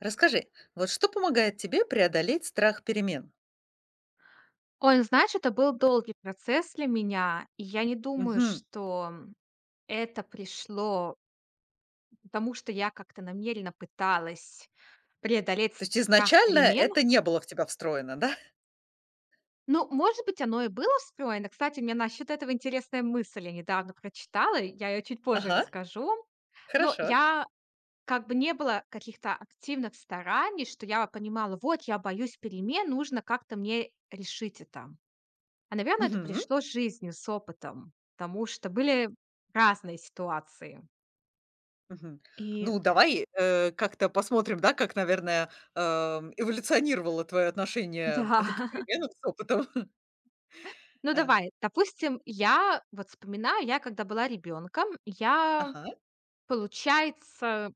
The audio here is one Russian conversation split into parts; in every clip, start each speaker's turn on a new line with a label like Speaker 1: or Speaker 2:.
Speaker 1: Расскажи, вот что помогает тебе преодолеть страх перемен?
Speaker 2: Ой, ну знаешь, это был долгий процесс для меня, и я не думаю,
Speaker 1: Мгм.
Speaker 2: что это пришло, потому что я как-то намеренно пыталась преодолеть
Speaker 1: То есть
Speaker 2: страх
Speaker 1: изначально
Speaker 2: перемен.
Speaker 1: это не было в тебя встроено, да?
Speaker 2: Ну, может быть, оно и было встроено. Кстати, у меня насчет этого интересная мысль. Я недавно прочитала, я ее чуть позже
Speaker 1: Ага,
Speaker 2: расскажу. Но
Speaker 1: хорошо.
Speaker 2: я как бы не было каких-то активных стараний, что я понимала, вот я боюсь перемен, нужно как-то мне решить это. А, наверное, это
Speaker 1: Мгм,
Speaker 2: пришло с жизнью, с опытом, потому что были разные ситуации.
Speaker 1: мгм.
Speaker 2: И
Speaker 1: Ну, давай как-то посмотрим, да, как, наверное, эволюционировало твое отношение
Speaker 2: да,
Speaker 1: к переменам с опытом.
Speaker 2: ну
Speaker 1: А,
Speaker 2: давай, допустим, я вот вспоминаю, я когда была ребенком, я,
Speaker 1: Ага,
Speaker 2: получается,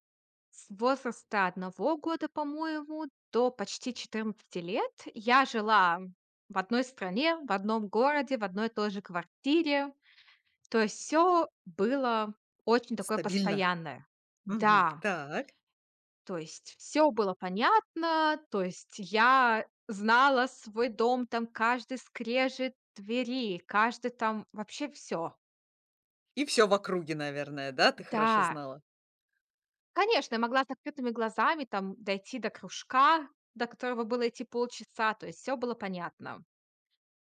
Speaker 2: с возраста одного года, по-моему, до почти 14 лет я жила в одной стране, в одном городе, в одной и той же квартире. То есть все было очень такое
Speaker 1: стабильно.
Speaker 2: постоянное.
Speaker 1: Мгм.
Speaker 2: Да.
Speaker 1: Так.
Speaker 2: То есть все было понятно, то есть я знала свой дом, там каждый скрежет двери, каждый там вообще все.
Speaker 1: И все в округе, наверное, да, ты хорошо
Speaker 2: Да,
Speaker 1: знала.
Speaker 2: конечно, я могла с открытыми глазами там дойти до кружка, до которого было идти полчаса, то есть все было понятно.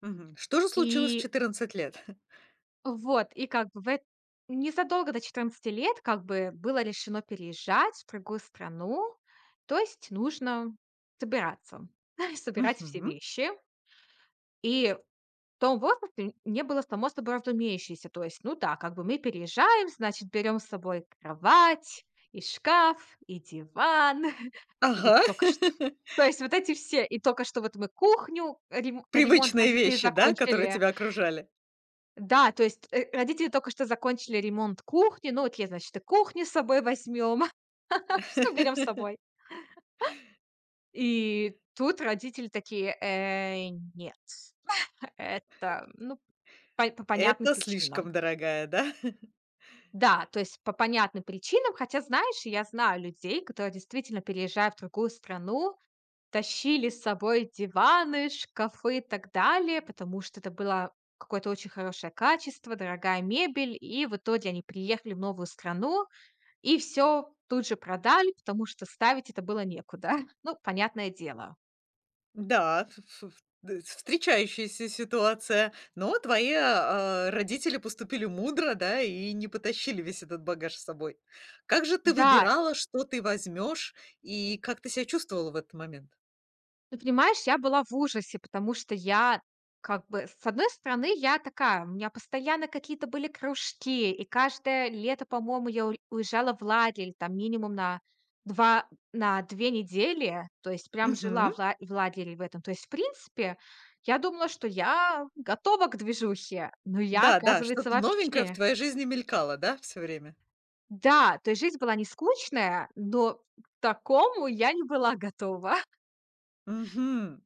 Speaker 1: Мгм. Что же случилось в
Speaker 2: И
Speaker 1: четырнадцать лет?
Speaker 2: вот, и как бы в эт незадолго до четырнадцати лет как бы было решено переезжать в другую страну, то есть нужно собираться, собирать все
Speaker 1: Мгм.
Speaker 2: вещи. И в том возрасте не было само собой разумеющееся. То есть, ну да, как бы мы переезжаем, значит, берем с собой кровать, и шкаф, и диван, и вот
Speaker 1: Ага.
Speaker 2: только что, то есть вот эти все, и только что вот мы кухню, ремонт
Speaker 1: Привычные
Speaker 2: родители
Speaker 1: вещи, да, которые
Speaker 2: закончили.
Speaker 1: тебя окружали?
Speaker 2: Да, то есть, родители только что закончили ремонт кухни, ну окей, значит, и кухню с собой возьмем, все берем с собой. И тут родители такие: Нет, это, ну, по понятным
Speaker 1: Это
Speaker 2: причинам".
Speaker 1: слишком дорогая, да?
Speaker 2: Да, то есть по понятным причинам, хотя, знаешь, я знаю людей, которые действительно, переезжая в другую страну, тащили с собой диваны, шкафы и так далее, потому что это было какое-то очень хорошее качество, дорогая мебель, и в итоге они приехали в новую страну и все тут же продали, потому что ставить это было некуда. Ну, понятное дело.
Speaker 1: Да, ф ф д встречающаяся ситуация, но твои, родители поступили мудро, да, и не потащили весь этот багаж с собой. Как же ты
Speaker 2: Да.
Speaker 1: выбирала, что ты возьмешь, и как ты себя чувствовала в этот момент?
Speaker 2: Ну, понимаешь, я была в ужасе, потому что я как бы, с одной стороны, я такая, у меня постоянно какие-то были кружки, и каждое лето, по-моему, я уезжала в лагерь, там, минимум на два, на две недели, то есть прям жила
Speaker 1: Мгм.
Speaker 2: в, в лагере в этом. То есть, в принципе, я думала, что я готова к движухе, но я,
Speaker 1: Да, да,
Speaker 2: оказывается,
Speaker 1: что-то новенькое в
Speaker 2: вообще...
Speaker 1: твоей жизни мелькало, да, все время?
Speaker 2: Да, то есть жизнь была не скучная, но к такому я не была готова.
Speaker 1: Мгм.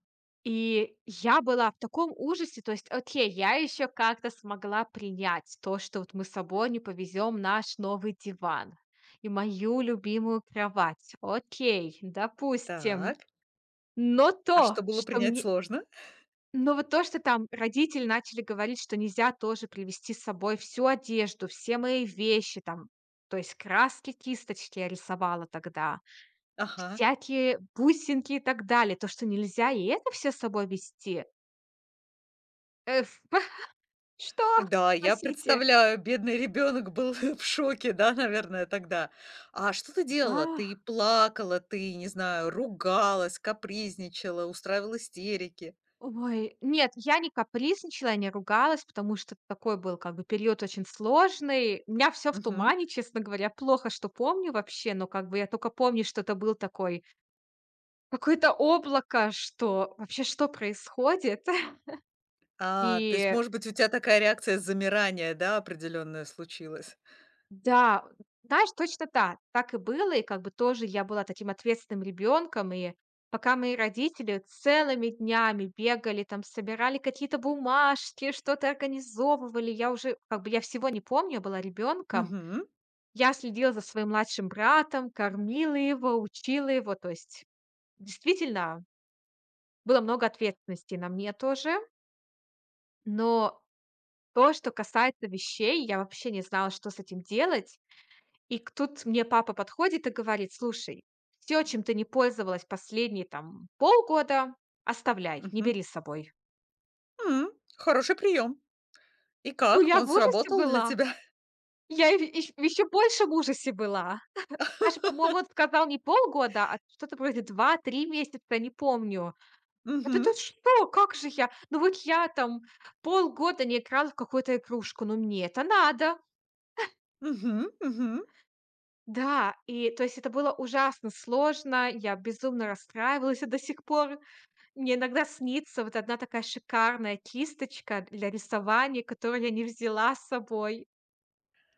Speaker 2: И я была в таком ужасе, то есть, окей, я еще как-то смогла принять то, что вот мы с собой не повезем наш новый диван и мою любимую кровать. Окей, допустим.
Speaker 1: Так,
Speaker 2: Но
Speaker 1: а
Speaker 2: то,
Speaker 1: что было
Speaker 2: что
Speaker 1: принять
Speaker 2: мне...
Speaker 1: сложно?
Speaker 2: Но вот то, что там родители начали говорить, что нельзя тоже привезти с собой всю одежду, все мои вещи там, то есть краски, кисточки я рисовала тогда,
Speaker 1: Ага.
Speaker 2: всякие бусинки и так далее, то, что нельзя и это все с собой вести. Э, Что?
Speaker 1: Да, я
Speaker 2: Спасите!
Speaker 1: представляю, бедный ребенок был в шоке, да, наверное, тогда. А что ты делала? Ты
Speaker 2: Да,
Speaker 1: плакала, ты, не знаю, ругалась, капризничала, устраивала истерики?
Speaker 2: ой, нет, я не капризничала, не ругалась, потому что такой был как бы период очень сложный. У меня все в
Speaker 1: Мгм.
Speaker 2: тумане, честно говоря. Плохо, что помню вообще, но как бы я только помню, что это был такой какое-то облако, что вообще что происходит?
Speaker 1: То есть,
Speaker 2: И
Speaker 1: может быть, у тебя такая реакция замирания, да, определенная случилась?
Speaker 2: да, знаешь, точно так. Так и было. И как бы тоже я была таким ответственным ребенком. И пока мои родители целыми днями бегали, там собирали какие-то бумажки, что-то организовывали, я уже как бы я всего не помню, была ребенком.
Speaker 1: Мгм,
Speaker 2: Я следила за своим младшим братом, кормила его, учила его. То есть действительно было много ответственности на мне тоже. Но то, что касается вещей, я вообще не знала, что с этим делать. И к тут мне папа подходит и говорит: "Слушай, все, чем ты не пользовалась последние, там, полгода, оставляй, не
Speaker 1: мгм.
Speaker 2: бери с собой".
Speaker 1: М, Хороший прием. И
Speaker 2: Ну,
Speaker 1: как,
Speaker 2: я
Speaker 1: он
Speaker 2: в ужасе
Speaker 1: сработал для
Speaker 2: была.
Speaker 1: тебя?
Speaker 2: Я еще больше в ужасе была. Даже, по-моему, он сказал не полгода, а что-то вроде два-три месяца, не помню. Вот
Speaker 1: Мгм,
Speaker 2: это что? Как же я? Ну, вот я, там, полгода не играла в какую-то игрушку, но мне это надо.
Speaker 1: мгм, мгм.
Speaker 2: Да, и то есть это было ужасно сложно, я безумно расстраивалась и до сих пор. Мне иногда снится вот одна такая шикарная кисточка для рисования, которую я не взяла с собой.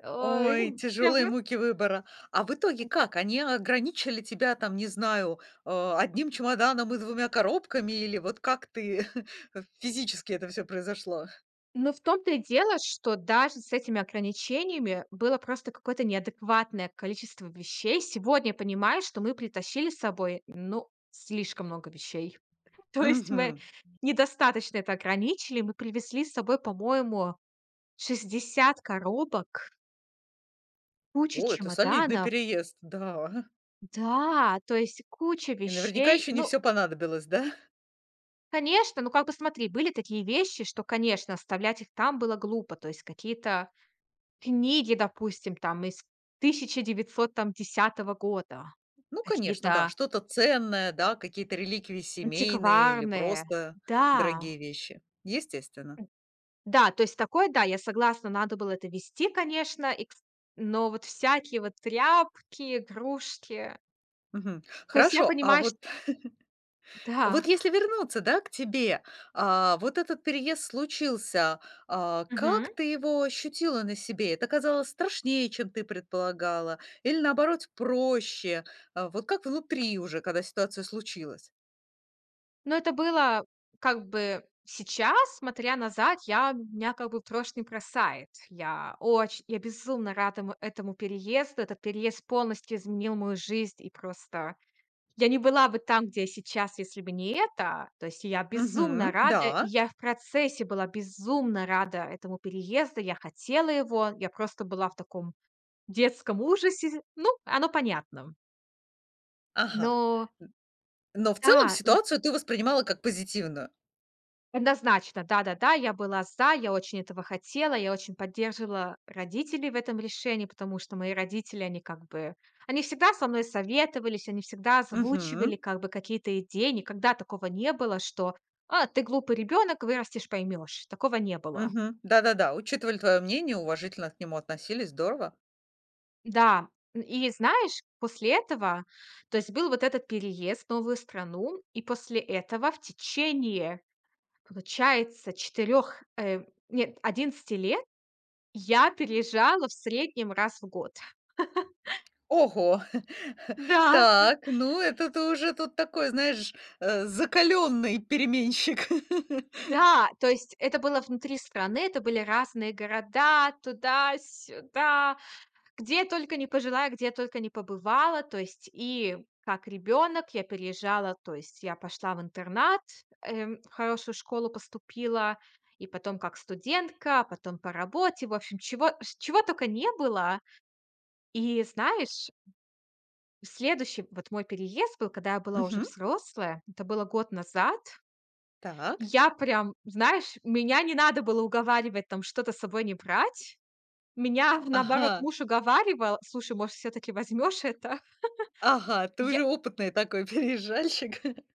Speaker 2: Ой,
Speaker 1: Ой,
Speaker 2: я
Speaker 1: тяжелые
Speaker 2: бы,
Speaker 1: муки выбора. А в итоге как? Они ограничили тебя там, не знаю, одним чемоданом и двумя коробками или вот как ты физически это все произошло?
Speaker 2: но в том-то и дело, что даже с этими ограничениями было просто какое-то неадекватное количество вещей. Сегодня я понимаю, что мы притащили с собой, ну, слишком много вещей. То есть мы
Speaker 1: Мгм.
Speaker 2: недостаточно это ограничили. Мы привезли с собой, по-моему, 60 коробок, куча
Speaker 1: О, это солидный
Speaker 2: чемоданов.
Speaker 1: переезд, да.
Speaker 2: Да, то есть куча
Speaker 1: И наверняка
Speaker 2: вещей.
Speaker 1: еще не
Speaker 2: Ну,
Speaker 1: все понадобилось, да?
Speaker 2: конечно, ну, как бы смотри, были такие вещи, что, конечно, оставлять их там было глупо. То есть какие-то книги, допустим, там из 1910 там года,
Speaker 1: Ну, конечно, да,
Speaker 2: какие-то
Speaker 1: что-то ценное, да, какие-то реликвии семейные или
Speaker 2: антикварные.
Speaker 1: просто
Speaker 2: Да,
Speaker 1: дорогие вещи. Естественно.
Speaker 2: да, то есть такое, да, я согласна, надо было это вести, конечно, и кс, но вот всякие вот тряпки, игрушки.
Speaker 1: Мгм.
Speaker 2: То есть я
Speaker 1: Хорошо, а
Speaker 2: понимаю, что
Speaker 1: вот Вот
Speaker 2: да.
Speaker 1: если вернуться, да, к тебе, вот этот переезд случился, как ты его ощутила на себе? Это казалось страшнее, чем ты предполагала, или наоборот проще? Вот как внутри уже, когда ситуация случилась?
Speaker 2: Но это было как бы сейчас, смотря назад, я меня как бы в дрожь не бросает. Я очень я безумно рада му этому переезду. Этот переезд полностью изменил мою жизнь, и просто я не была бы там, где я сейчас, если бы не это. То есть я безумно
Speaker 1: Мгм.
Speaker 2: рада, и
Speaker 1: Да.
Speaker 2: я в процессе была безумно рада этому переезду. Я хотела его, я просто была в таком детском ужасе. Ну, оно понятно. Но
Speaker 1: Ага. Н но в целом
Speaker 2: да, но
Speaker 1: ситуацию ты воспринимала как позитивную?
Speaker 2: однозначно, да-да-да, я была за, я очень этого хотела, я очень поддерживала родителей в этом решении, потому что мои родители, они как бы, они всегда со мной советовались, они всегда
Speaker 1: Мгм.
Speaker 2: озвучивали как бы какие-то идеи, никогда такого не было, что «А, ты глупый ребенок, вырастешь, поймешь». Такого не было.
Speaker 1: Мгм. Да-да-да. Учитывали твое мнение, уважительно к нему относились. Здорово.
Speaker 2: Да, н- и знаешь, после этого, то есть был вот этот переезд в новую страну, и после этого в течение, получается, четырех, нет, 11 лет я переезжала в среднем раз в год.
Speaker 1: Ого!
Speaker 2: Да,
Speaker 1: Так, ну это ты уже тут такой, знаешь, закаленный переменщик.
Speaker 2: да, то есть это было внутри страны, это были разные города, туда-сюда, где только не пожила, где только не побывала. То есть и как ребенок я переезжала, то есть я пошла в интернат, в хорошую школу поступила, и потом как студентка, потом по работе, в общем, чего, чего только не было. И знаешь, следующий вот мой переезд был, когда я была уже
Speaker 1: Мгм.
Speaker 2: взрослая, это было год назад.
Speaker 1: Так.
Speaker 2: Я прям, знаешь, меня не надо было уговаривать там что-то с собой не брать. Меня, наоборот,
Speaker 1: Ага,
Speaker 2: муж уговаривал: "Слушай, может, все таки возьмешь это?"
Speaker 1: ага, ты
Speaker 2: Я,
Speaker 1: уже опытный такой переезжальщик.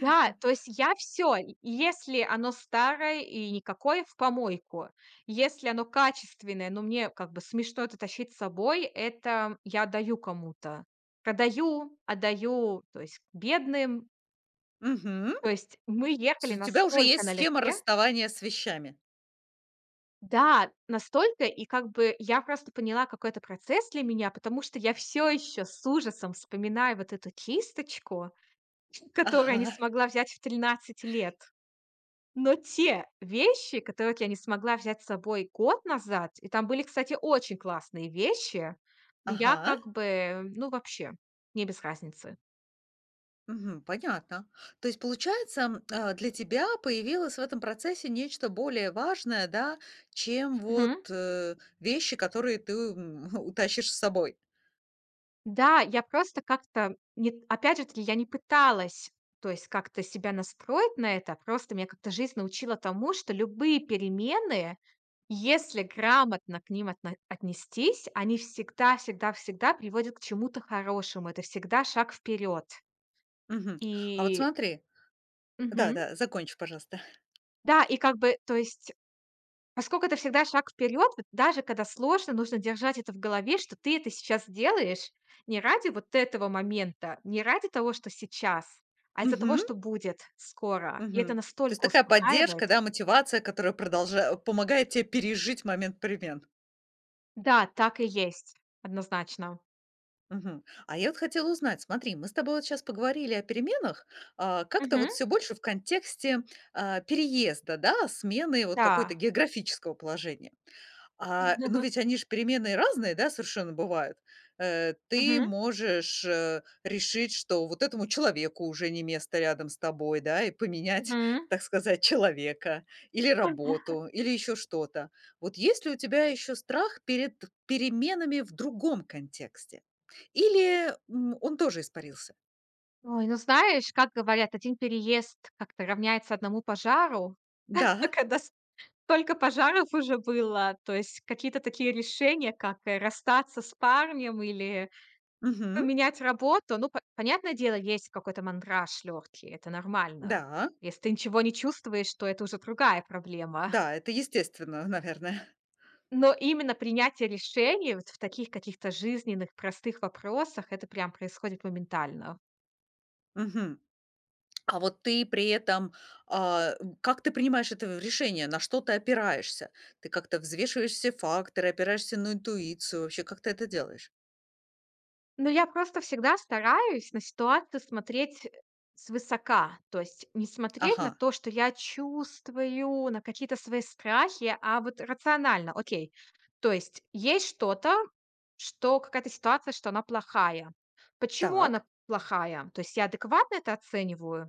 Speaker 2: да, то есть я все. Если оно старое и никакое — в помойку. Если оно качественное, но мне как бы смешно это тащить с собой, это я отдаю кому-то. Продаю, отдаю, то есть бедным.
Speaker 1: Мгм.
Speaker 2: То есть мы
Speaker 1: С
Speaker 2: ехали
Speaker 1: У тебя уже
Speaker 2: настолько
Speaker 1: есть схема
Speaker 2: налегке.
Speaker 1: расставания с вещами.
Speaker 2: Да, настолько, и как бы я просто поняла, какой это процесс для меня, потому что я все еще с ужасом вспоминаю вот эту кисточку, которую я не
Speaker 1: Ага,
Speaker 2: смогла взять в 13 лет. Но те вещи, которые вот я не смогла взять с собой год назад, и там были, кстати, очень классные вещи, я
Speaker 1: ага.
Speaker 2: как бы, ну, вообще, не без разницы.
Speaker 1: Мгм, понятно. То есть получается, для тебя появилось в этом процессе нечто более важное, да, чем вот, вещи, которые ты, утащишь с собой.
Speaker 2: Да, я просто как-то не опять же таки, я не пыталась, то есть как-то себя настроить на это, а просто меня как-то жизнь научила тому, что любые перемены, если грамотно к ним отно отнестись, они всегда всегда всегда приводят к чему-то хорошему. Это всегда шаг вперед.
Speaker 1: Мгм. А вот
Speaker 2: И
Speaker 1: смотри,
Speaker 2: мгм.
Speaker 1: да-да, закончи, пожалуйста.
Speaker 2: Да, и как бы, то есть поскольку это всегда шаг вперед, вот даже когда сложно, нужно держать это в голове, что ты это сейчас делаешь не ради вот этого момента, не ради того, что сейчас, а из-за того,
Speaker 1: Мгм,
Speaker 2: что будет скоро. И это
Speaker 1: мгм. То есть
Speaker 2: настолько
Speaker 1: такая поддержка,
Speaker 2: успокаивает.
Speaker 1: да, мотивация, которая продолжа помогает тебе пережить момент перемен.
Speaker 2: Да, так и есть, однозначно.
Speaker 1: Мгм. А я вот хотела узнать, смотри, мы с тобой вот сейчас поговорили о переменах, как-то
Speaker 2: Мгм.
Speaker 1: вот все больше в контексте, переезда, да, смены вот какой-то
Speaker 2: Да.
Speaker 1: географического положения. Ну, ведь они ж переменные разные, да, совершенно бывают. Ты
Speaker 2: Мгм.
Speaker 1: можешь, решить, что вот этому человеку уже не место рядом с тобой, да, и поменять,
Speaker 2: Мгм.
Speaker 1: так сказать, человека или работу, или еще что-то. Вот есть ли у тебя еще страх перед переменами в другом контексте? Или, он тоже испарился?
Speaker 2: Ой, ну знаешь, как говорят, один переезд как-то равняется одному пожару.
Speaker 1: Да.
Speaker 2: Когда столько пожаров уже было, то есть какие-то такие решения, как, расстаться с парнем или
Speaker 1: Мгм.
Speaker 2: поменять работу. Ну, по понятное дело, есть какой-то мандраж легкий, это нормально.
Speaker 1: Да.
Speaker 2: Если ты ничего не чувствуешь, то это уже другая проблема.
Speaker 1: Да, это естественно, наверное.
Speaker 2: Но именно принятие решений вот в таких каких-то жизненных, простых вопросах — это прям происходит моментально.
Speaker 1: Мгм. А вот ты при этом, как ты принимаешь это в решение, на что ты опираешься? Ты как-то взвешиваешь все факторы, опираешься на интуицию, вообще, как ты это делаешь?
Speaker 2: Ну, я просто всегда стараюсь на ситуацию смотреть свысока. То есть не смотреть
Speaker 1: Ага,
Speaker 2: на то, что я чувствую, на какие-то свои страхи, а вот рационально. Окей. То есть есть что-то, что какая-то ситуация, что она плохая. Почему она
Speaker 1: так,
Speaker 2: плохая? То есть я адекватно это оцениваю,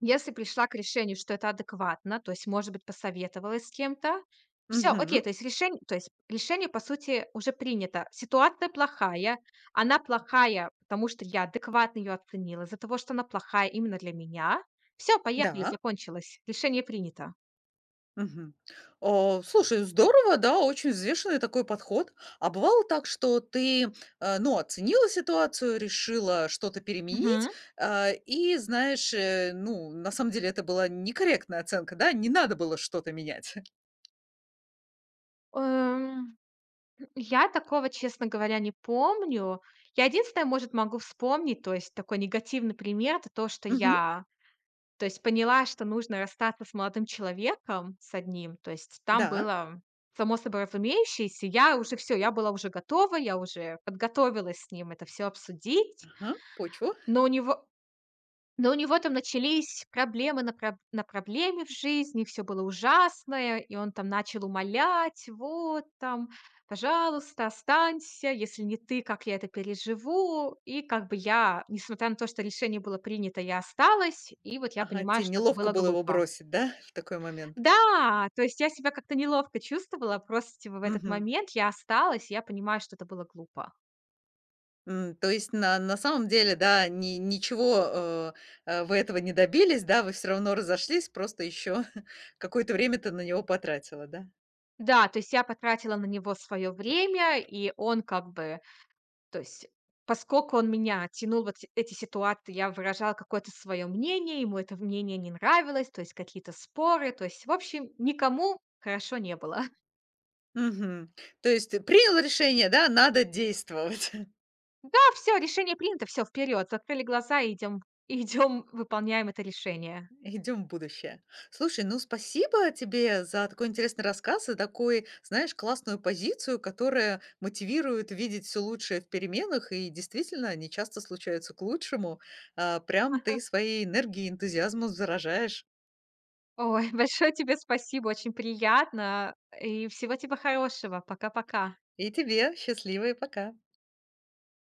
Speaker 2: если пришла к решению, что это адекватно, то есть, может быть, посоветовалась с кем-то. Все,
Speaker 1: мгм,
Speaker 2: окей, то есть решение, по сути, уже принято. Ситуация плохая. Она плохая, потому что я адекватно ее оценила из-за того, что она плохая именно для меня. Все, поехали,
Speaker 1: да,
Speaker 2: закончилось. Решение принято.
Speaker 1: мгм. Слушай, здорово, да, очень взвешенный такой подход. А бывало так, что ты, ну, оценила ситуацию, решила что-то
Speaker 2: Мгм.
Speaker 1: переменить, и, знаешь, ну, на самом деле это была некорректная оценка, да, не надо было что-то менять.
Speaker 2: Эм, я такого, честно говоря, не помню. Я единственное, может, могу вспомнить, то есть такой негативный пример — это то, что
Speaker 1: Мгм,
Speaker 2: я, то есть поняла, что нужно расстаться с молодым человеком, с одним. То есть там
Speaker 1: да.
Speaker 2: было само собой разумеющееся. Я уже все, я была уже готова, я уже подготовилась с ним это все обсудить.
Speaker 1: Ага, почву.
Speaker 2: Но у него но у него там начались проблемы на проблеме в жизни, все было ужасное, и он там начал умолять: "Вот там, пожалуйста, останься, если не ты, как я это переживу". И как бы я, несмотря на то, что решение было принято, я осталась. И вот я
Speaker 1: Ага,
Speaker 2: понимаю,
Speaker 1: тебе
Speaker 2: что это
Speaker 1: неловко
Speaker 2: было
Speaker 1: было его
Speaker 2: глупо.
Speaker 1: бросить, да, в такой момент?
Speaker 2: Да, то есть я себя как-то неловко чувствовала, просто типа в этот
Speaker 1: Мгм.
Speaker 2: момент я осталась, и я понимаю, что это было глупо.
Speaker 1: То есть на самом деле, да, ни ничего, вы этого не добились, да, вы все равно разошлись, просто еще какое-то время ты на него потратила, да?
Speaker 2: Да, то есть я потратила на него свое время, и он как бы, то есть поскольку он меня тянул вот эти ситуации, я выражала какое-то свое мнение, ему это мнение не нравилось, то есть какие-то споры, то есть, в общем, никому хорошо не было.
Speaker 1: Мгм. То есть ты принял решение, да, надо действовать.
Speaker 2: Да, все, решение принято, все, вперед, закрыли глаза и идем, идем, выполняем это решение.
Speaker 1: Идем в будущее. Слушай, ну спасибо тебе за такой интересный рассказ и такой, знаешь, классную позицию, которая мотивирует видеть все лучшее в переменах, и действительно они часто случаются к лучшему. Прям ты своей энергией и энтузиазмом заражаешь.
Speaker 2: Ой, большое тебе спасибо, очень приятно, и всего тебе хорошего. Пока-пока.
Speaker 1: И тебе счастливо и пока.